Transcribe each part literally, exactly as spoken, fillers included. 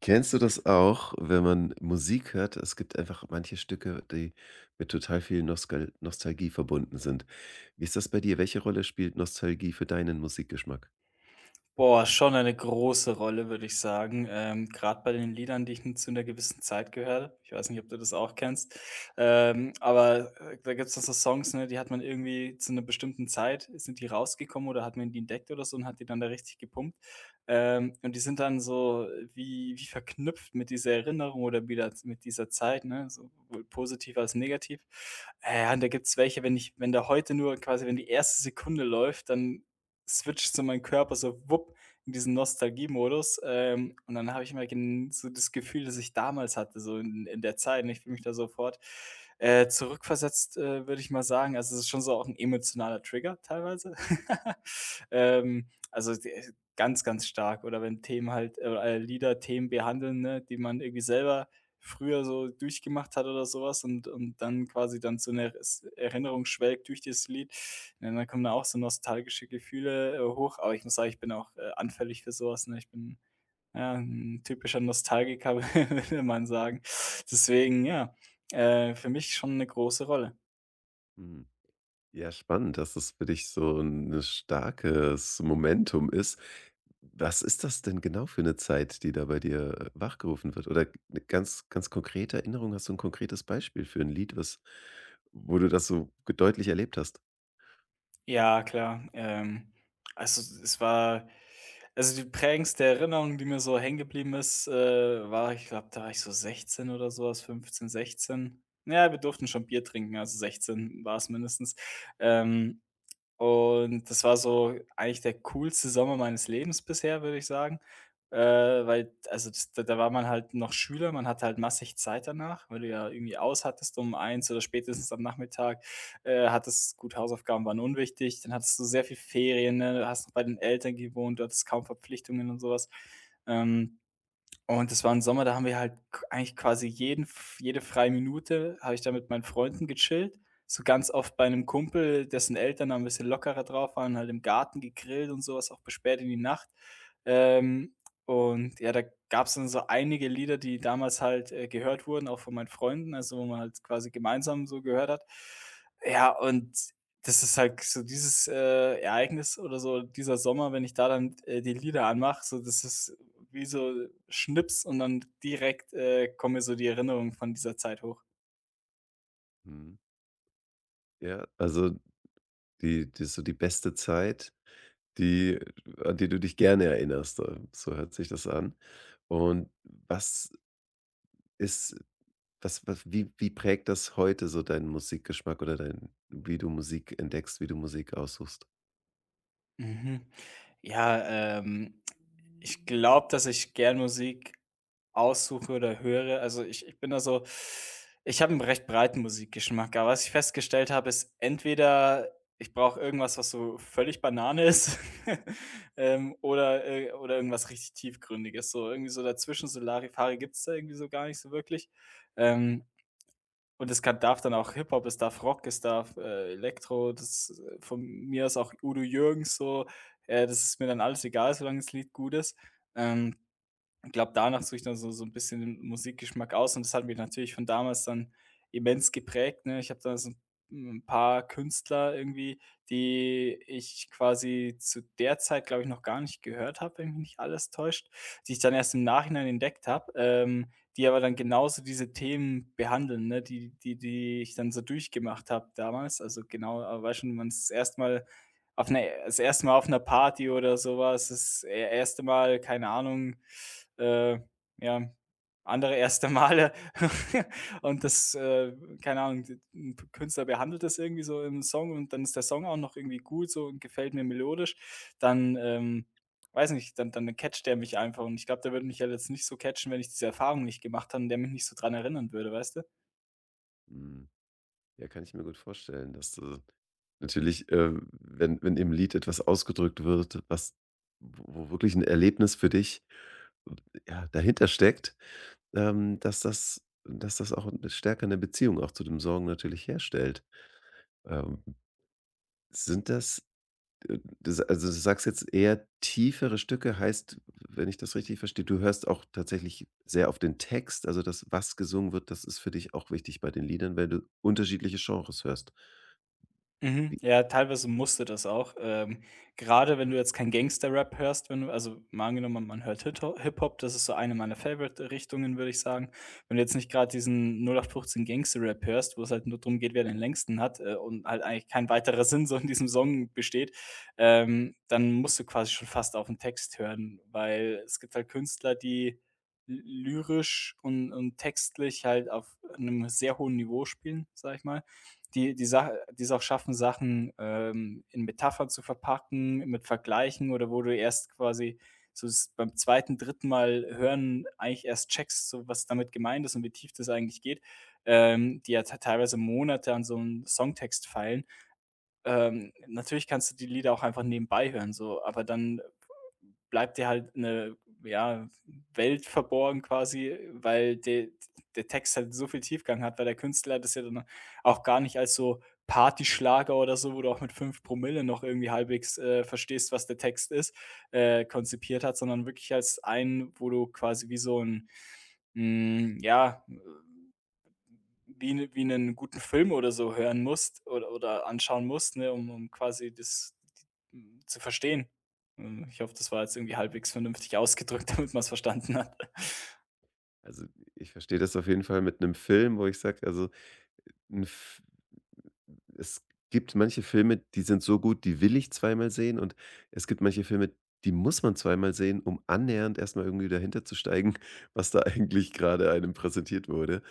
Kennst du das auch, wenn man Musik hört? Es gibt einfach manche Stücke, die mit total viel Nostal Nostalgie verbunden sind. Wie ist das bei dir? Welche Rolle spielt Nostalgie für deinen Musikgeschmack? Boah, schon eine große Rolle, würde ich sagen. Ähm, grad bei den Liedern, die ich 'n zu einer gewissen Zeit gehört habe. Ich weiß nicht, ob du das auch kennst. Ähm, aber, äh, da gibt's dann so Songs, ne, die hat man irgendwie zu einer bestimmten Zeit sind die rausgekommen oder hat man die entdeckt oder so und hat die dann da richtig gepumpt. Ähm, und die sind dann so wie wie verknüpft mit dieser Erinnerung oder wieder mit dieser Zeit, ne, sowohl positiv als negativ. Äh, ja, und da gibt es welche, wenn ich wenn da heute nur quasi wenn die erste Sekunde läuft, dann switcht so mein Körper so wupp in diesen Nostalgiemodus. Ähm, und dann habe ich immer gen so das Gefühl, das ich damals hatte, so in, in der Zeit. Und ich fühle mich da sofort äh, zurückversetzt, äh, würde ich mal sagen. Also es ist schon so auch ein emotionaler Trigger teilweise. ähm, also die- ganz, ganz stark. Oder wenn Themen halt, äh, Lieder Themen behandeln, ne, die man irgendwie selber früher so durchgemacht hat oder sowas und und dann quasi dann zu einer s Erinnerung schwelgt durch dieses Lied. Ja, dann kommen da auch so nostalgische Gefühle, äh, hoch, aber ich muss sagen, ich bin auch, äh, anfällig für sowas. Ne? Ich bin, ja, 'n typischer Nostalgiker, würde man sagen. Deswegen, ja, äh, für mich schon eine große Rolle. Hm. Ja, spannend, dass das für dich so ein ne starkes Momentum ist. Was ist das denn genau für eine Zeit, die da bei dir, äh, wachgerufen wird? Oder 'ne ganz ganz konkrete Erinnerung? Hast du ein konkretes Beispiel für ein Lied, was wo du das so ge deutlich erlebt hast? Ja, klar. Ähm, also, es war also, die prägendste Erinnerung, die mir so hängen geblieben ist, äh, war ich glaube, da war ich so sechzehn oder sowas, fünfzehn sechzehn. Ja, wir durften schon Bier trinken, also sechzehn war es mindestens. Ähm und das war so eigentlich der coolste Sommer meines Lebens bisher, würde ich sagen. Äh, weil also das da da war man halt noch Schüler, man hatte halt massig Zeit danach, weil du ja irgendwie aus hattest um eins oder spätestens am Nachmittag, äh, hattest gut, Hausaufgaben waren unwichtig, dann hattest du sehr viel Ferien, ne? Hast noch bei den Eltern gewohnt, du hattest kaum Verpflichtungen und sowas. Ähm und das war im Sommer, da haben wir halt k eigentlich quasi jeden f jede freie Minute habe ich da mit meinen Freunden gechillt, so ganz oft bei einem Kumpel, dessen Eltern da ein bisschen lockerer drauf waren, halt im Garten gegrillt und sowas auch bis spät in die Nacht. Ähm, und ja, da gab es dann so einige Lieder, die damals halt, äh, gehört wurden, auch von meinen Freunden, also, wo man halt quasi gemeinsam so gehört hat. Ja, und das ist halt so dieses, äh, Ereignis oder so dieser Sommer, wenn ich da dann, äh, die Lieder anmache, so das ist wie so Schnips und dann direkt, äh, kommen mir so die Erinnerungen von dieser Zeit hoch. Mhm. Ja, also die die so die beste Zeit, die an die du dich gerne erinnerst, äh, so hört sich das an. Und was ist was was wie wie prägt das heute so deinen Musikgeschmack oder dein wie du Musik entdeckst, wie du Musik aussuchst? Mhm. Ja, ähm, ich glaube, dass ich gern Musik aussuche oder höre. Also, ich ich bin da so ich habe 'n recht breiten Musikgeschmack, aber was ich festgestellt habe, ist entweder ich brauche irgendwas, was so völlig Banane ist, ähm, oder äh, oder irgendwas richtig Tiefgründiges. So irgendwie so dazwischen, so Larifari gibt's da irgendwie so gar nicht so wirklich. Ähm, Und es kann darf dann auch Hip-Hop, es darf Rock, es darf, äh, Elektro, das äh, von mir ist auch Udo Jürgens so. Äh, das ist mir dann alles egal, solange das Lied gut ist. Ähm, ich glaube, danach suche ich dann so so 'n bisschen den Musikgeschmack aus und das hat mich natürlich von damals dann immens geprägt, ne? Ich habe da so ein paar Künstler irgendwie, die ich quasi zu der Zeit, glaube ich, noch gar nicht gehört habe, wenn mich nicht alles täuscht, die ich dann erst im Nachhinein entdeckt habe, ähm, die aber dann genauso diese Themen behandeln, ne, die die die ich dann so durchgemacht habe damals. Also, genau, äh, weißt schon, wenn man's das erste. Auf 'ner das erste Mal auf einer Party oder sowas das er erste Mal, keine Ahnung, äh, ja, andere erste Male und das, äh, keine Ahnung, d 'n Künstler behandelt das irgendwie so im Song und dann ist der Song auch noch irgendwie gut so und gefällt mir melodisch, dann, ähm, weiß nicht, dann dann catcht der mich einfach und ich glaube, der würde mich ja jetzt nicht so catchen, wenn ich diese Erfahrung nicht gemacht habe und der mich nicht so dran erinnern würde, weißt du? Mhm. Ja, kann ich mir gut vorstellen, dass du natürlich, äh, wenn wenn im Lied etwas ausgedrückt wird, was wo wo wirklich ein Erlebnis für dich, ja, dahinter steckt, ähm, dass das dass das auch 'ne stärker eine Beziehung auch zu dem Sorgen natürlich herstellt. Ähm, Sind das, äh das also, du sagst jetzt eher tiefere Stücke, heißt, wenn ich das richtig verstehe, du hörst auch tatsächlich sehr auf den Text, also das, was gesungen wird, das ist für dich auch wichtig bei den Liedern, weil du unterschiedliche Genres hörst. Mhm. Wie Ja, teilweise musste das auch. Ähm, grade wenn du jetzt kein Gangster-Rap hörst, wenn du also mal angenommen, man hört hit Hip-Hop, das ist so eine meiner Favorite-Richtungen, würde ich sagen. Wenn du jetzt nicht gerade diesen null acht fünfzehn Gangster-Rap hörst, wo es halt nur drum geht, wer den längsten hat, äh, und halt eigentlich kein weiterer Sinn so in diesem Song besteht, ähm, dann musst du quasi schon fast auf den Text hören, weil es gibt halt Künstler, die lyrisch und und textlich halt auf einem sehr hohen Niveau spielen, sag ich mal die die Sache es auch schaffen, Sachen, ähm, in Metaphern zu verpacken, mit Vergleichen oder wo du erst quasi so s beim zweiten dritten Mal hören eigentlich erst checkst, so was damit gemeint ist und wie tief das eigentlich geht, ähm, die ja te teilweise Monate an so 'nem Songtext feilen. Ähm, natürlich kannst du die Lieder auch einfach nebenbei hören so, aber dann bleibt dir halt eine ja, Welt verborgen quasi, weil der der Text halt so viel Tiefgang hat, weil der Künstler das ja dann auch gar nicht als so Partyschlager oder so, wo du auch mit fünf Promille noch irgendwie halbwegs, äh, verstehst, was der Text ist, äh, konzipiert hat, sondern wirklich als einen, wo du quasi wie so ein hm, ja wie 'ne wie einen guten Film oder so hören musst oder oder anschauen musst, ne, um um quasi das d hm, zu verstehen. Hm, ich hoffe, das war jetzt irgendwie halbwegs vernünftig ausgedrückt, damit man es verstanden hat. Also, ich verstehe das auf jeden Fall mit einem Film, wo ich sage, also, 'n F es gibt manche Filme, die sind so gut, die will ich zweimal sehen, und es gibt manche Filme, die muss man zweimal sehen, um annähernd erst mal irgendwie dahinter zu steigen, was da eigentlich gerade einem präsentiert wurde.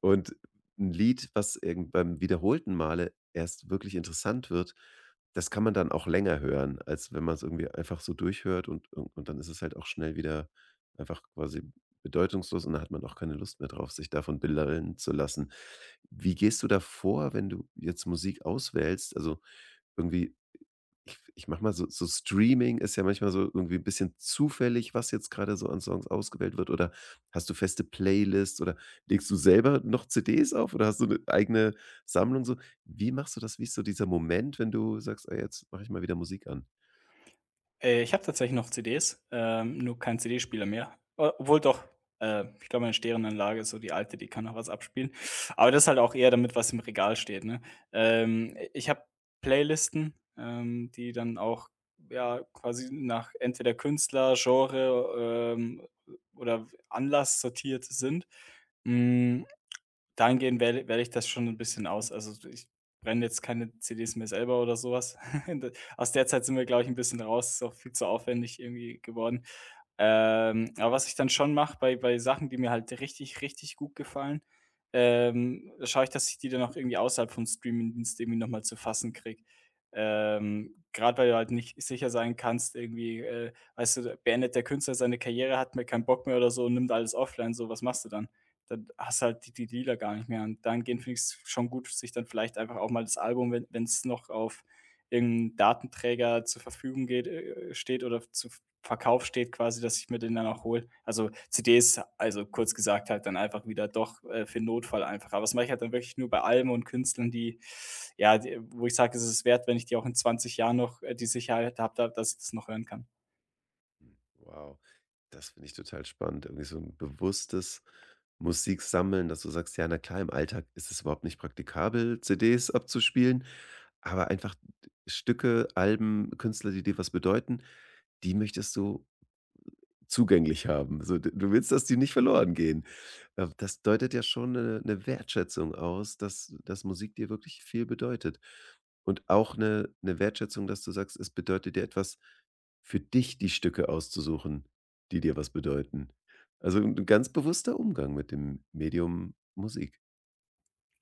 Und ein Lied, was irgend beim wiederholten Male erst wirklich interessant wird, das kann man dann auch länger hören, als wenn man es irgendwie einfach so durchhört, und und und dann ist es halt auch schnell wieder einfach quasi bedeutungslos, und dann hat man auch keine Lust mehr drauf, sich davon bildern zu lassen. Wie gehst du da vor, wenn du jetzt Musik auswählst? Also, irgendwie, ich ich mache mal so so Streaming ist ja manchmal so irgendwie ein bisschen zufällig, was jetzt gerade so an Songs ausgewählt wird, oder hast du feste Playlists, oder legst du selber noch C Ds auf, oder hast du eine eigene Sammlung so? Wie machst du das? Wie ist so dieser Moment, wenn du sagst: „Ah, jetzt mache ich mal wieder Musik an?“ Äh, ich habe tatsächlich noch C Ds, ähm, nur keinen C D-Spieler mehr. O obwohl doch, äh, ich glaube, meine Stereoanlage ist so die alte, die kann noch was abspielen. Aber das ist halt auch eher damit, was im Regal steht, ne? Ähm, ich habe Playlisten, ähm, die dann auch, ja, quasi nach entweder Künstler, Genre, ähm, oder Anlass sortiert sind. Hm, dahingehend wähle wähle ich das schon ein bisschen aus. Also, ich brenne jetzt keine C Ds mehr selber oder sowas. was. Aus der Zeit sind wir, glaube ich, 'n bisschen raus. Ist auch viel zu aufwendig irgendwie geworden. Ähm, aber was ich dann schon mache bei bei Sachen, die mir halt richtig, richtig gut gefallen, ähm, schaue ich, dass ich die dann auch irgendwie außerhalb von Streamingdienst irgendwie noch mal zu fassen kriege. Ähm, grad weil du halt nicht sicher sein kannst irgendwie, äh, weißt du, beendet der Künstler seine Karriere, hat mir keinen Bock mehr oder so und nimmt alles offline, so, was machst du dann? Dann hast du halt die die Dealer gar nicht mehr. Und dahingehend finde ich's schon gut, sich dann vielleicht einfach auch mal das Album, wenn es noch auf irgendeinem Datenträger zur Verfügung geht äh, steht oder zu Verkauf steht quasi, dass ich mir den dann auch hole. Also, C Ds, also kurz gesagt halt dann einfach wieder doch, äh, für 'n Notfall einfach. Aber das mache ich halt dann wirklich nur bei Alben und Künstlern, die ja, die wo ich sage, es ist wert, wenn ich die auch in zwanzig Jahren noch, äh, die Sicherheit habe, dass ich das noch hören kann. Hm, wow, das finde ich total spannend. Irgendwie so ein bewusstes Musik sammeln, dass du sagst: „Ja, na klar, im Alltag ist es überhaupt nicht praktikabel, C Ds abzuspielen, aber einfach Stücke, Alben, Künstler, die dir was bedeuten, die möchtest du zugänglich haben. So, d du willst, dass die nicht verloren gehen.“ Äh, das deutet ja schon eine Wertschätzung aus, dass dass Musik dir wirklich viel bedeutet. Und auch eine Wertschätzung, dass du sagst, es bedeutet dir etwas, für dich die Stücke auszusuchen, die dir was bedeuten. Also ein ganz bewusster Umgang mit dem Medium Musik.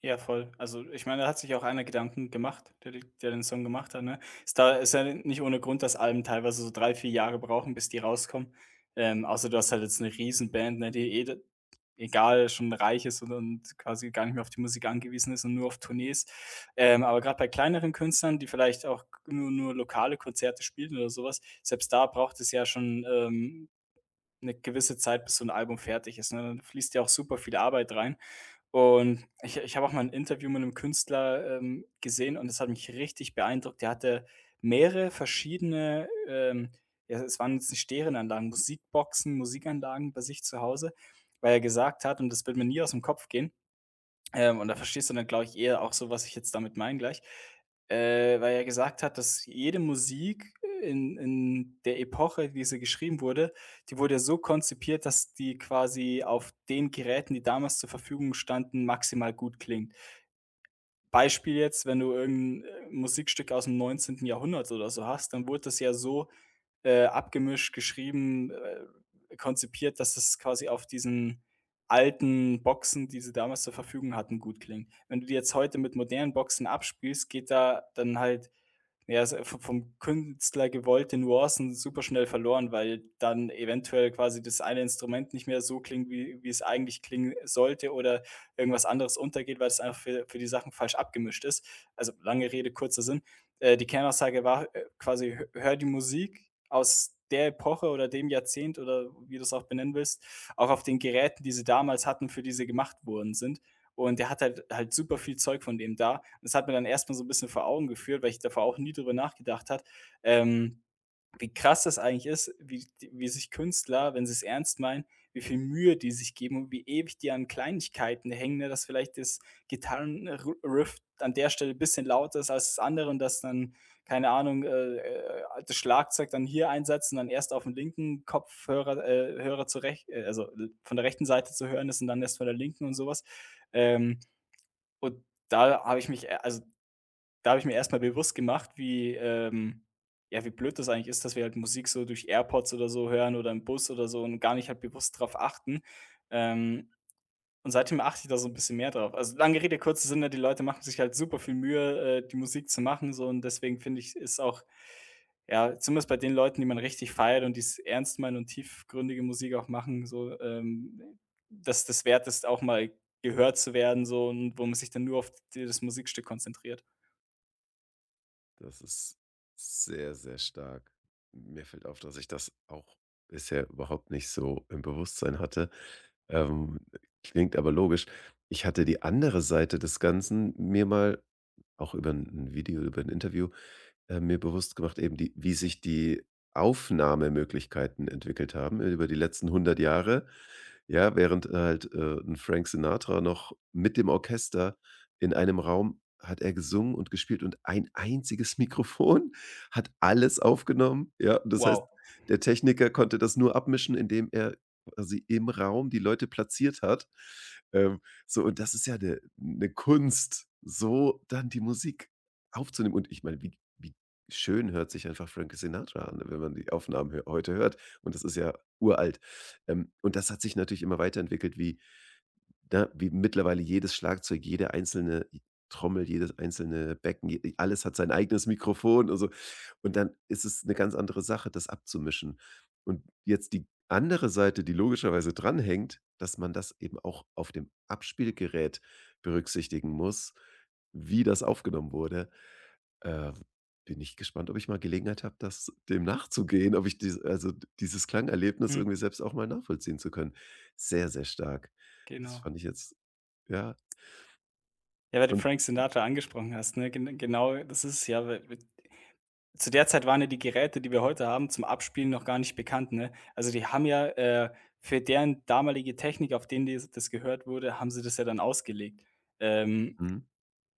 Ja, voll. Also, ich meine, da hat sich auch einer Gedanken gemacht, der de der den Song gemacht hat, ne? Ist da ist ja nicht ohne Grund, dass Alben teilweise so drei vier Jahre brauchen, bis die rauskommen. Ähm, außer du hast halt jetzt 'ne Riesenband, ne, die eh d egal, schon reich ist und und quasi gar nicht mehr auf die Musik angewiesen ist und nur auf Tournees. Ähm, aber gerade bei kleineren Künstlern, die vielleicht auch nur nur lokale Konzerte spielen oder sowas selbst da braucht es ja schon, ähm, 'ne gewisse Zeit, bis so ein Album fertig ist, ne? Dann fließt ja auch super viel Arbeit rein. Und ich ich habe auch mal ein Interview mit einem Künstler, ähm, gesehen und das hat mich richtig beeindruckt. Der hatte mehrere verschiedene, ähm ja, es waren jetzt nicht Stereoanlagen, Musikboxen, Musikanlagen bei sich zu Hause, weil er gesagt hat und das wird mir nie aus dem Kopf gehen, ähm, und da verstehst du dann, glaube ich, eher auch so, was ich jetzt damit meine gleich. Äh, weil er gesagt hat, dass jede Musik in in der Epoche, wie sie geschrieben wurde die wurde ja so konzipiert, dass die quasi auf den Geräten, die damals zur Verfügung standen, maximal gut klingt. Beispiel jetzt, wenn du irgendein 'n, äh, Musikstück aus'm neunzehnten. Jahrhundert oder so hast, dann wurde das ja so äh, abgemischt, geschrieben, äh, konzipiert, dass es quasi auf diesen alten Boxen, die sie damals zur Verfügung hatten, gut klingt. Wenn du die jetzt heute mit modernen Boxen abspielst, geht da dann halt ja, also v vom Künstler gewollte Nuancen superschnell verloren, weil dann eventuell quasi das eine Instrument nicht mehr so klingt, wie wie es eigentlich klingen sollte oder irgendwas anderes untergeht, weil es einfach für für die Sachen falsch abgemischt ist. Also, lange Rede, kurzer Sinn. Äh, die Kernaussage war, äh, quasi: Hö hör die Musik aus der Epoche oder dem Jahrzehnt oder wie du du's auch benennen willst, auch auf den Geräten, die sie damals hatten, für die sie gemacht worden sind. Und der hat halt halt super viel Zeug von dem da. Und das hat mir dann erstmal so ein bisschen vor Augen geführt, weil ich davor auch nie drüber nachgedacht hat, ähm wie krass das eigentlich ist, wie wie sich Künstler, wenn sie es ernst meinen, wie viel Mühe die sich geben und wie ewig die an Kleinigkeiten hängen, ne, dass vielleicht das Gitarrenriff an der Stelle ein bisschen lauter ist als das andere und dass dann, keine Ahnung, äh, äh, das Schlagzeug dann hier einsetzt und dann erst auf dem linken Kopfhörer äh, Hörer zur rech äh, also, von der rechten Seite zu hören ist und dann erst von der linken und sowas. Ähm, und da habe ich mich, äh also da habe ich mir erstmal bewusst gemacht, wie, ähm ja, wie blöd das eigentlich ist, dass wir halt Musik so durch AirPods oder so hören oder im Bus oder so und gar nicht halt bewusst drauf achten. Ähm, und seitdem achte ich da so ein bisschen mehr drauf. Also, lange Rede, kurzer Sinn, ne, die Leute machen sich halt super viel Mühe, äh, die Musik zu machen so, und deswegen finde ich, ist auch ja, zumindest bei den Leuten, die man richtig feiert und die es ernst meinen und tiefgründige Musik auch machen, so, ähm, dass das wert ist, auch mal gehört zu werden so, und wo man sich dann nur auf d das Musikstück konzentriert. Das ist sehr, sehr stark. Mir fällt auf, dass ich das auch bisher überhaupt nicht so im Bewusstsein hatte. Ähm, Klingt aber logisch. Ich hatte die andere Seite des Ganzen mir mal auch über ein Video, über ein Interview, äh, mir bewusst gemacht, eben die wie sich die Aufnahmemöglichkeiten entwickelt haben, äh, über die letzten hundert Jahre. Ja, während äh, halt, äh, 'n Frank Sinatra noch mit dem Orchester in einem Raum, hat er gesungen und gespielt, und ein einziges Mikrofon hat alles aufgenommen, ja? Das heißt, Wow. der Techniker konnte das nur abmischen, indem er quasi im Raum die Leute platziert hat. Ähm, so, und das ist ja eine 'ne Kunst, so dann die Musik aufzunehmen. Und ich meine, wie wie schön hört sich einfach Frank Sinatra an, wenn man die Aufnahmen hö heute hört, und das ist ja uralt. Ähm, und das hat sich natürlich immer weiterentwickelt, wie ne, wie mittlerweile jedes Schlagzeug, jede einzelne Trommel, jedes einzelne Becken, je alles hat sein eigenes Mikrofon und so. Und dann ist es eine ganz andere Sache, das abzumischen. Und jetzt die andere Seite, die logischerweise dranhängt, dass man das eben auch auf dem Abspielgerät berücksichtigen muss, wie das aufgenommen wurde. Äh, Bin ich gespannt, ob ich mal Gelegenheit habe, das dem nachzugehen, ob ich dies also dieses Klangerlebnis Mhm, irgendwie selbst auch mal nachvollziehen zu können. Sehr, sehr stark. Das genau. fand ich jetzt, ja, Ja, weil du und Frank Sinatra angesprochen hast, ne? Gen genau das ist es ja, weil we zu der Zeit waren ja die Geräte, die wir heute haben, zum Abspielen noch gar nicht bekannt, ne? Also, die haben ja, äh, für deren damalige Technik, auf denen die das gehört wurde, haben sie das ja dann ausgelegt. Ähm, mhm,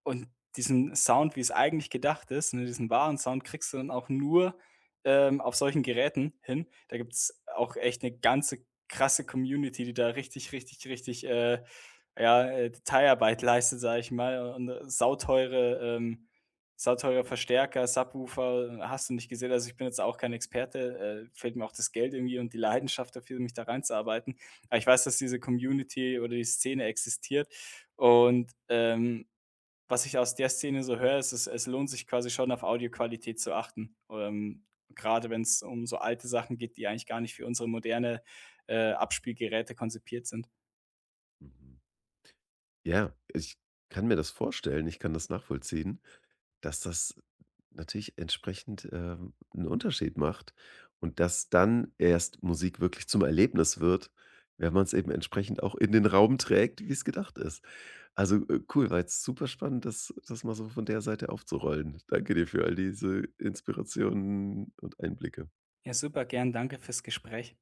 und diesen Sound, wie es eigentlich gedacht ist, ne, diesen wahren Sound kriegst du dann auch nur, ähm, auf solchen Geräten hin. Da gibt's auch echt eine ganze krasse Community, die da richtig, richtig, richtig, äh, ja, äh, Detailarbeit leistet, sage ich mal, und, äh, sauteure ähm, sauteure Verstärker, Subwoofer, hast du nicht gesehen. Also, ich bin jetzt auch kein Experte, äh, fehlt mir auch das Geld irgendwie und die Leidenschaft dafür, mich da reinzuarbeiten. Aber ich weiß, dass diese Community oder die Szene existiert und, ähm, was ich aus der Szene so höre, ist, es es lohnt sich quasi schon, auf Audioqualität zu achten. Ähm, Gerade wenn es um so alte Sachen geht, die eigentlich gar nicht für unsere moderne, äh, Abspielgeräte konzipiert sind. mhm. Ja, ich kann mir das vorstellen, ich kann das nachvollziehen, dass das natürlich entsprechend, ähm, 'n Unterschied macht und dass dann erst Musik wirklich zum Erlebnis wird, wenn man es eben entsprechend auch in den Raum trägt, wie es gedacht ist. Also, äh, cool, war jetzt super spannend, das das mal so von der Seite aufzurollen. Danke dir für all diese Inspirationen und Einblicke. Ja, super, gern. Danke fürs Gespräch.